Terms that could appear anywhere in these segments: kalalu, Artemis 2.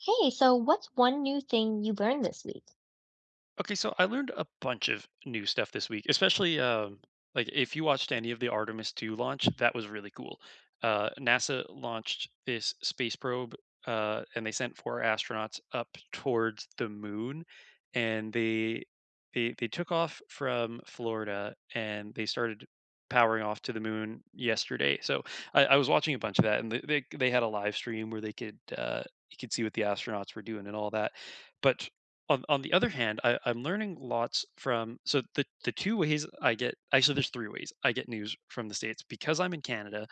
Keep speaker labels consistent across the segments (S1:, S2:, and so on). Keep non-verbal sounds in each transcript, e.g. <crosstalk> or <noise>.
S1: Hey, so what's one new thing you learned this week?
S2: Okay, so I learned a bunch of new stuff this week, especially like if you watched any of the Artemis 2 launch, that was really cool. NASA launched this space probe and they sent four astronauts up towards the moon, and they took off from Florida and they started powering off to the moon yesterday. So I was watching a bunch of that, and they had a live stream where they could, you could see what the astronauts were doing and all that. But on the other hand, I'm learning lots from, so the two ways I get, actually there's three ways I get news from the states because I'm in Canada.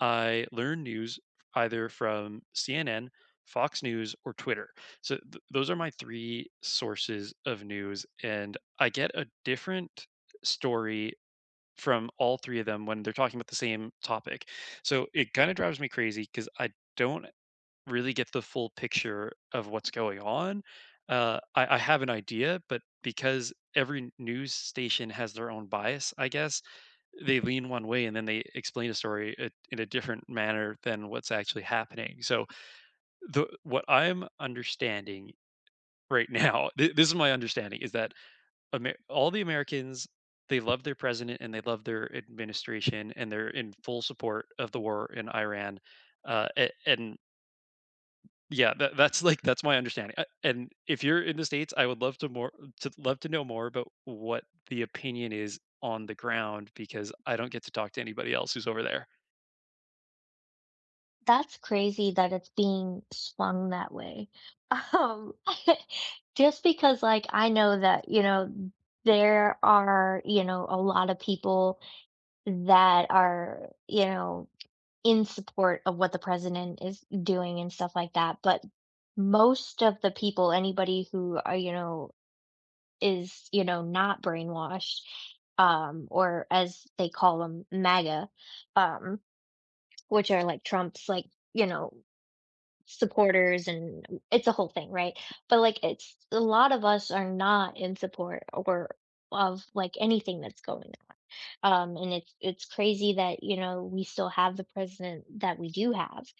S2: I learn news either from CNN, Fox News, or Twitter. So those are my three sources of news, and I get a different story from all three of them when they're talking about the same topic. So it kind of drives me crazy because I don't really get the full picture of what's going on. I have an idea, but because every news station has their own bias, I guess they lean one way and then they explain a story in a different manner than what's actually happening. So the what I'm understanding right now, <laughs> this is my understanding, is that all the Americans, they love their president and they love their administration, and they're in full support of the war in Iran. And yeah, that that's my understanding, and if you're in the States, I would love to know more about what the opinion is on the ground because I don't get to talk to anybody else who's over there.
S1: That's crazy that it's being swung that way. <laughs> Um, <laughs> just because like I know that, there are, a lot of people that are, in support of what the president is doing and stuff like that, but most of the people, anybody who are, is, not brainwashed, or as they call them, MAGA. um which are like Trump's like, you know, supporters, and it's a whole thing, right? But, like, it's a lot of us are not in support or of, like, anything that's going on. And it's crazy that, we still have the president that we do have,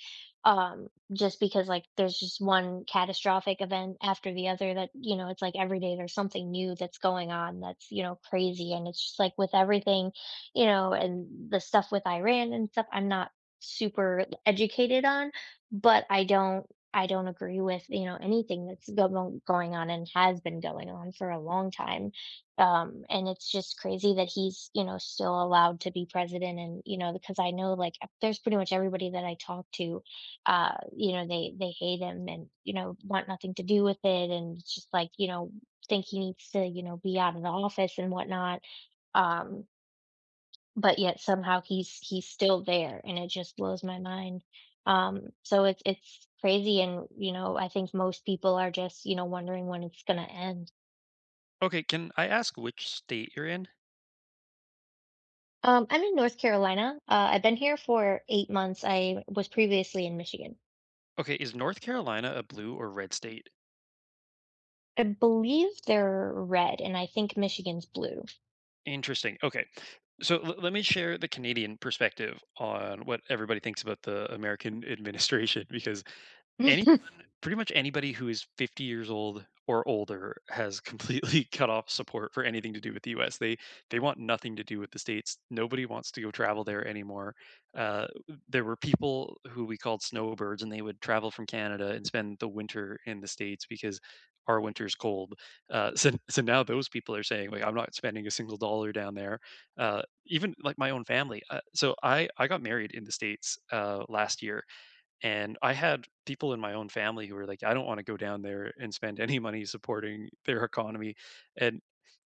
S1: um, just because, like, there's just one catastrophic event after the other that, it's like every day there's something new that's going on that's, crazy, and it's just, like, with everything, and the stuff with Iran and stuff, I'm not super educated on, but I don't agree with, anything that's go going on and has been going on for a long time. And it's just crazy that he's, still allowed to be president and, because I know like there's pretty much everybody that I talk to, you know, they hate him and, want nothing to do with it, and it's just like, think he needs to, be out of the office and whatnot. Um, but yet somehow he's still there, and it just blows my mind. So it's crazy, and you know, I think most people are just, you know, wondering when it's going to end.
S2: Okay, can I ask which state you're in?
S1: I'm in North Carolina. I've been here for 8 months. I was previously in Michigan.
S2: Okay, is North Carolina a blue or red state?
S1: I believe they're red, and I think Michigan's blue.
S2: Interesting. Okay. So let me share the Canadian perspective on what everybody thinks about the American <laughs> administration, because any
S1: <laughs>
S2: pretty much anybody who is 50 years old or older has completely <laughs> cut off support for anything to do with the U.S. They want nothing to do with the states. Nobody wants to go travel there anymore. Uh, there were people who we called snowbirds, and they would travel from Canada and spend the winter in the states because our winter's cold. <laughs> So now those people are saying, like, I'm not spending a single dollar down there. Uh, Even like my own family. So I got married in the states, last year, and I had people in my own family who were like, I don't want to go down there and spend any money supporting their economy. And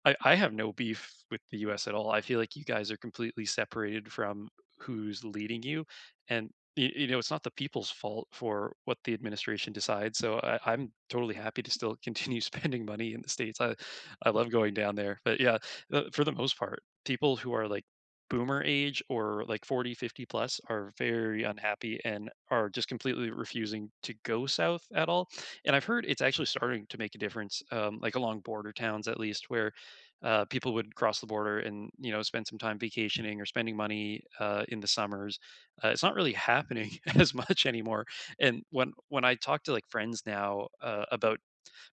S2: I have no beef with the US at all. I feel like you guys are completely separated from who's leading you. And it's not the people's fault for what the administration decides. So I'm totally happy to still continue <laughs> spending money in the States. I love going down there. But yeah, for the most part, people who are like boomer age, or like 40, 50 plus, are very unhappy and are just completely refusing to go south at all. And I've heard it's actually starting to make a difference, like along border towns at least, where, people would cross the border and spend some time vacationing or spending money, in the summers. It's not really happening <laughs> as much anymore. And when I talk to, like, friends now, about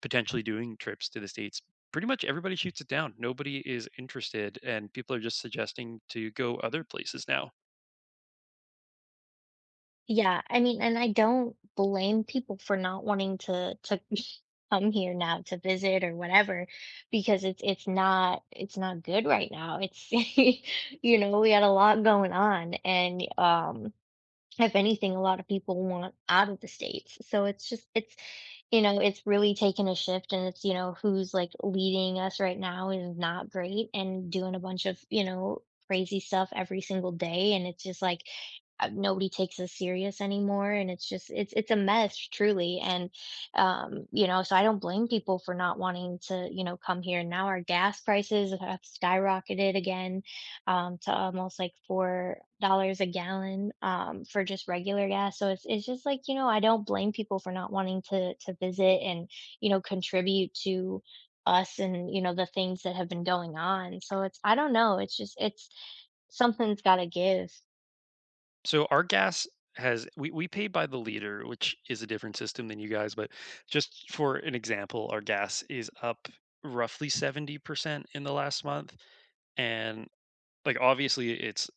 S2: potentially doing trips to the states, pretty much everybody shoots it down. Nobody is interested, and people are just suggesting to go other places now.
S1: Yeah, I mean, and I don't blame people for not wanting to <laughs> come here now to visit or whatever, because it's not, it's not good right now. It's, <laughs> you know, we had a lot going on, and if anything, a lot of people want out of the States. So it's just, it's, you know, it's really taken a shift, and it's, you know, who's like leading us right now is not great and doing a bunch of, you know, crazy stuff every single day. And it's just like, nobody takes us serious anymore, and it's just it's a mess truly. And you know, so I don't blame people for not wanting to, you know, come here now. Our gas prices have skyrocketed again, to almost like $4 a gallon, for just regular gas. So it's just like, you know, I don't blame people for not wanting to visit and, you know, contribute to us and, you know, the things that have been going on. So it's, I don't know, it's just it's something's got to give.
S2: So our gas, we pay by the liter, which is a different system than you guys, but just for an example, our gas is up roughly 70% in the last month. And, like, obviously it's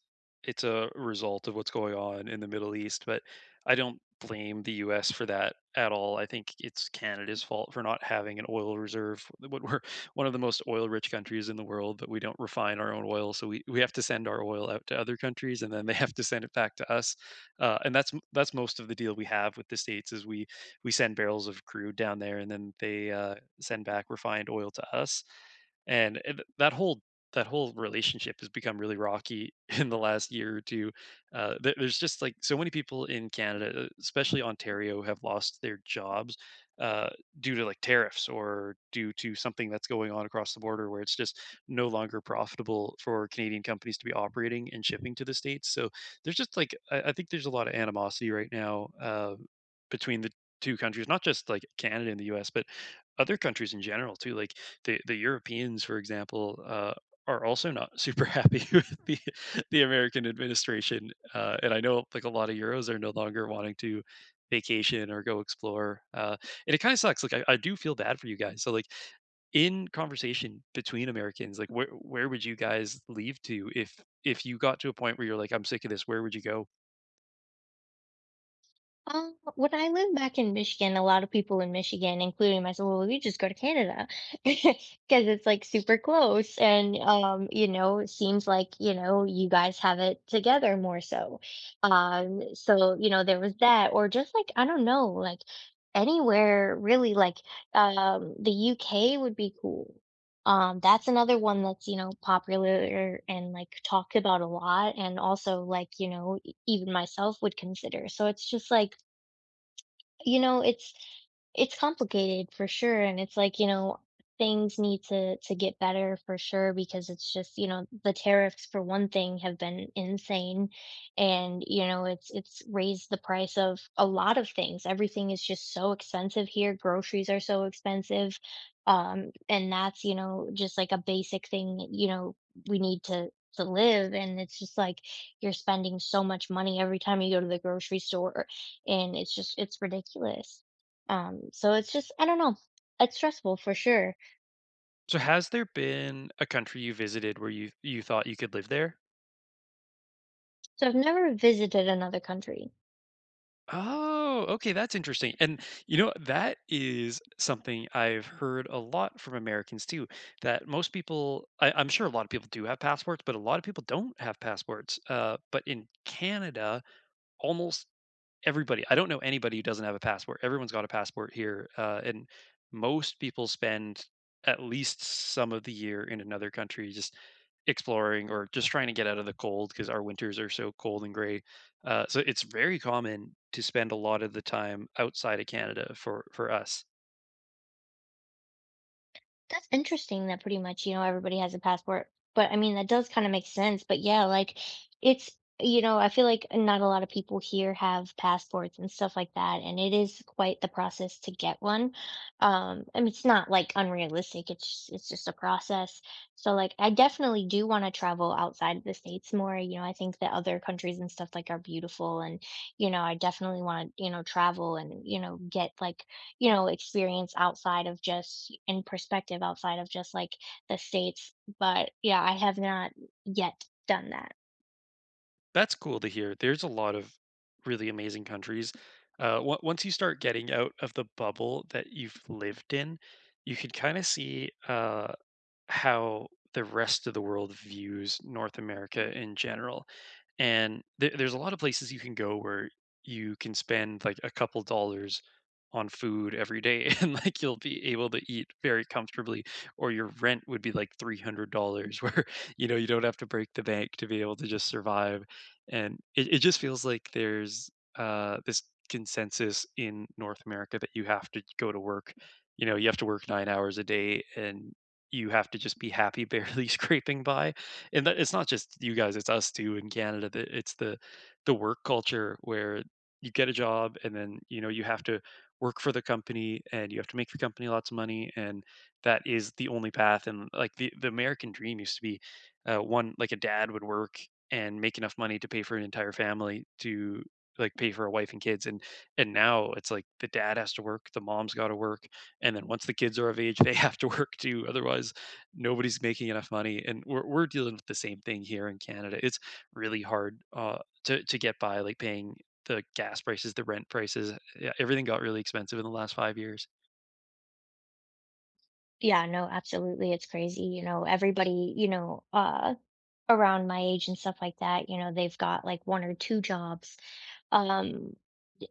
S2: a result of what's going on in the Middle East, but I don't blame the US for that at all. I think it's Canada's fault for not having an oil reserve. <laughs> What We're one of the most oil rich countries in the world, but we don't refine our own oil. So we have to send our oil out to other countries, and then they <laughs> have to send it back to us. And that's most of the deal we have with the States, is we send barrels of crude down there, and then they, send back refined oil to us. And that whole relationship has become really rocky <laughs> in the last year or two. There's just, like, so many people in Canada, especially Ontario, have lost their jobs, uh, due to, like, tariffs, or due to something that's going on across the border, where it's just no longer profitable for Canadian companies to be operating and shipping to the States. So there's just, like, I think there's a lot of animosity right now, between the two countries. Not just, like, Canada and the US, but other countries in general too, like the Europeans, for example, are also not super happy <laughs> with the American administration. And I know, like, a lot of Euros are no longer wanting to vacation or go explore, and it kind of sucks. Like, I do feel bad for you guys. So, like, in conversation between Americans, like, where would you guys leave to? If you got to a point where you're like, I'm sick of this, where would you go?
S1: When I lived back in Michigan, a lot of people in Michigan, including myself, well, we just go to Canada <laughs> because it's like super close, and you know, it seems like, you know, you guys have it together more so. So you know, there was that, or just like, I don't know, like anywhere really, like, the UK would be cool. That's another one that's, you know, popular and like talked about a lot, and also like, you know, even myself would consider. So it's just like, you know, it's complicated for sure, and it's like, you know, things need to get better for sure, because it's just, you know, the tariffs for one thing have been insane. And you know, it's raised the price of a lot of things. Everything is just so expensive here. Groceries are so expensive, and that's, you know, just like a basic thing, you know, we need to live. And it's just like, you're spending so much money every time you go to the grocery store, and it's just it's ridiculous. So it's just, I don't know. It's stressful for sure.
S2: So, has there been a country you visited where you thought you could live there?
S1: So I've never visited another country.
S2: Oh, okay, that's interesting. And that is something I've heard a lot from Americans too. That most people, I'm sure a lot of people do have passports, but a lot of people don't have passports. But in Canada, almost everybody I don't know anybody who doesn't have a passport. Everyone's got a passport here, and most people spend at least some of the year in another country, just exploring, or just trying to get out of the cold because our winters are so cold and gray. So it's very common to spend a lot of the time outside of Canada for us.
S1: That's interesting that pretty much, you know, everybody has a passport. But I mean, that does kind of make sense. But yeah, like, it's, you know, I feel like not a lot of people here have passports and stuff like that. And it is quite the process to get one. I mean, it's not like unrealistic. It's just a process. So like, I definitely do want to travel outside of the States more. You know, I think that other countries and stuff like are beautiful, and, you know, I definitely want to, you know, travel and, you know, get like, you know, experience outside of just in perspective outside of just, like, the States, but, yeah, I have not yet done that.
S2: That's cool to hear. There's a lot of really amazing countries, once you start getting out of the bubble that you've lived in, you can kind of see, how the rest of the world views North America in general. And there's a lot of places you can go where you can spend, like, a couple dollars on food every day <laughs> and, like, you'll be able to eat very comfortably, or your rent would be, like, $300, where <laughs> you don't have to break the bank to be able to just survive. And it just feels like there's this consensus in North America that you have to go to work. You know you have to work 9 hours a day, and you have to just be happy barely <laughs> scraping by. And that, it's not just you guys, it's us too in Canada, that it's the work culture where you get a job, and then you have to work for the company, and you have to make the company lots of money. And that is the only path. And, like, the American dream used to be, one like, a dad would work and make enough money to pay for an entire family, to, like, pay for a wife and kids. And now it's like the dad has to work, the mom's got to work, and then once the kids are of age they <laughs> have to work too, otherwise nobody's making enough money. And we're dealing with the same thing here in Canada. It's really hard, to get by, like, paying the gas prices, the rent prices. Yeah, everything got really expensive in the last 5 years.
S1: Yeah, no, absolutely, it's crazy, you know, everybody, you know, around my age and stuff like that, you know, they've got, like, 1 or 2 jobs, um,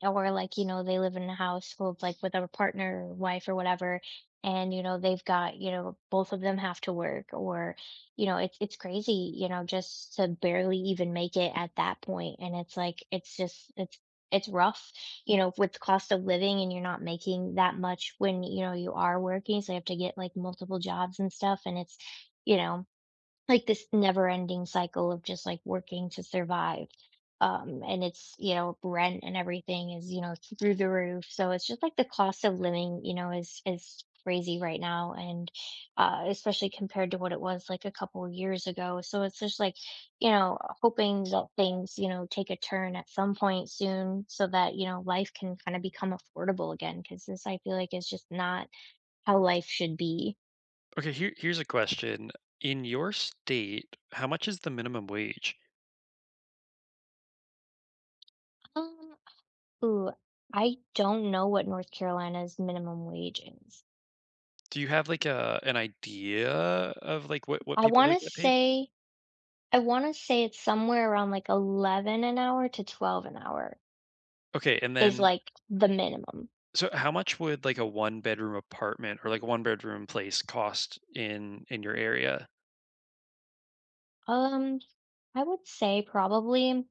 S1: or like, you know, they live in a household like with a partner or wife or whatever, and you know, they've got, you know, both of them have to work or, you know, it's crazy, you know, just to barely even make it at that point. And it's like it's just it's rough, you know, with the cost of living, and you're not making that much when, you know, you are working. So you have to get like multiple jobs and stuff. And it's, you know, like this never ending cycle of just like working to survive. And it's, you know, rent and everything is, you know, through the roof. So it's just like the cost of living, you know, is crazy right now. And especially compared to what it was like a couple of years ago. So it's just like, you know, hoping that things, you know, take a turn at some point soon, so that, you know, life can kind of become affordable again, because this, I feel like, is just not how life should be.
S2: Okay, here's a question. In your state, how much is the minimum wage?
S1: Um, Ooh, I don't know what North Carolina's minimum wage is.
S2: Do you have like a an idea of, like, what
S1: I
S2: people
S1: want
S2: would
S1: to
S2: get paid?
S1: say I want to say it's somewhere around like 11 an hour to 12 an hour
S2: Okay, and
S1: is
S2: then,
S1: like the minimum.
S2: so how much would, like, a one bedroom apartment, or like a one bedroom place cost in your area?
S1: Um, I would say probably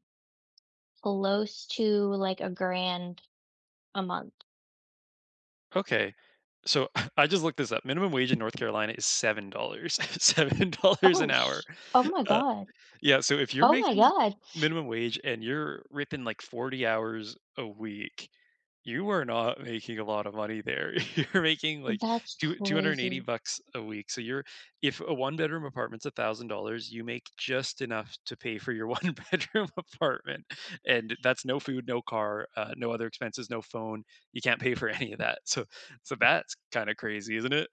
S1: close to like a grand a month.
S2: Okay. So, <laughs> I just looked this up. Minimum wage in North Carolina is $7 dollars. <laughs> $7
S1: Oh,
S2: an hour.
S1: sh, oh my
S2: uh,
S1: God.
S2: Yeah, so if you're
S1: Oh my
S2: making
S1: God.
S2: minimum wage and you're ripping, like, 40 hours a week, you are not making a lot of money there. <laughs> You're making, like,
S1: That's
S2: 280
S1: crazy.
S2: bucks a week. So you're if a one bedroom apartment's $1,000, you make just enough to pay for your one <laughs> bedroom apartment. And that's no food, no car, no other expenses, no phone. You can't pay for any of that. So that's kind of crazy, isn't it?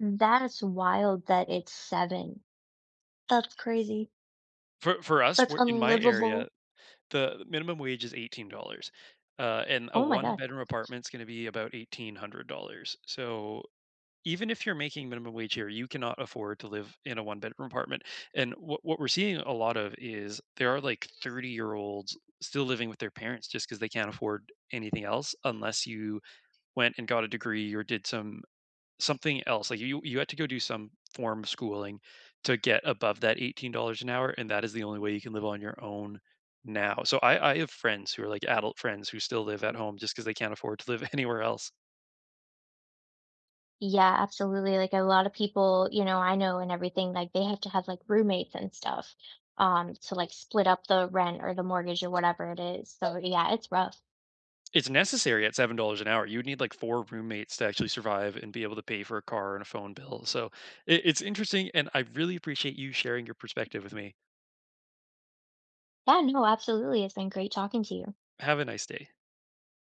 S1: That is wild that it's seven. That's crazy.
S2: For us,
S1: That's
S2: we're, in my
S1: unlivable.
S2: area, the minimum wage is $18, and a
S1: Oh my God.
S2: one-bedroom apartment's gonna be about $1,800. So, even if you're making minimum wage here, you cannot afford to live in a one-bedroom apartment. And what we're seeing a lot of is, there are, like, 30-year-olds still living with their parents just because they can't afford anything else, unless you went and got a degree or did something else. Like, you had to go do some form of schooling to get above that $18 an hour, and that is the only way you can live on your own now. So I have friends who are, like, adult friends who still live at home just because they can't afford to live <laughs> anywhere else.
S1: Yeah, absolutely. Like a lot of people, you know, I know and everything, like they have to have like roommates and stuff, to like split up the rent or the mortgage or whatever it is. So yeah, it's rough.
S2: It's necessary at $7 an hour. You would need, like, 4 roommates to actually survive and be able to pay for a car and a phone bill. So, it's interesting, and I really appreciate you sharing your perspective with me.
S1: Yeah, no, absolutely. It's been great talking to you.
S2: Have a nice day.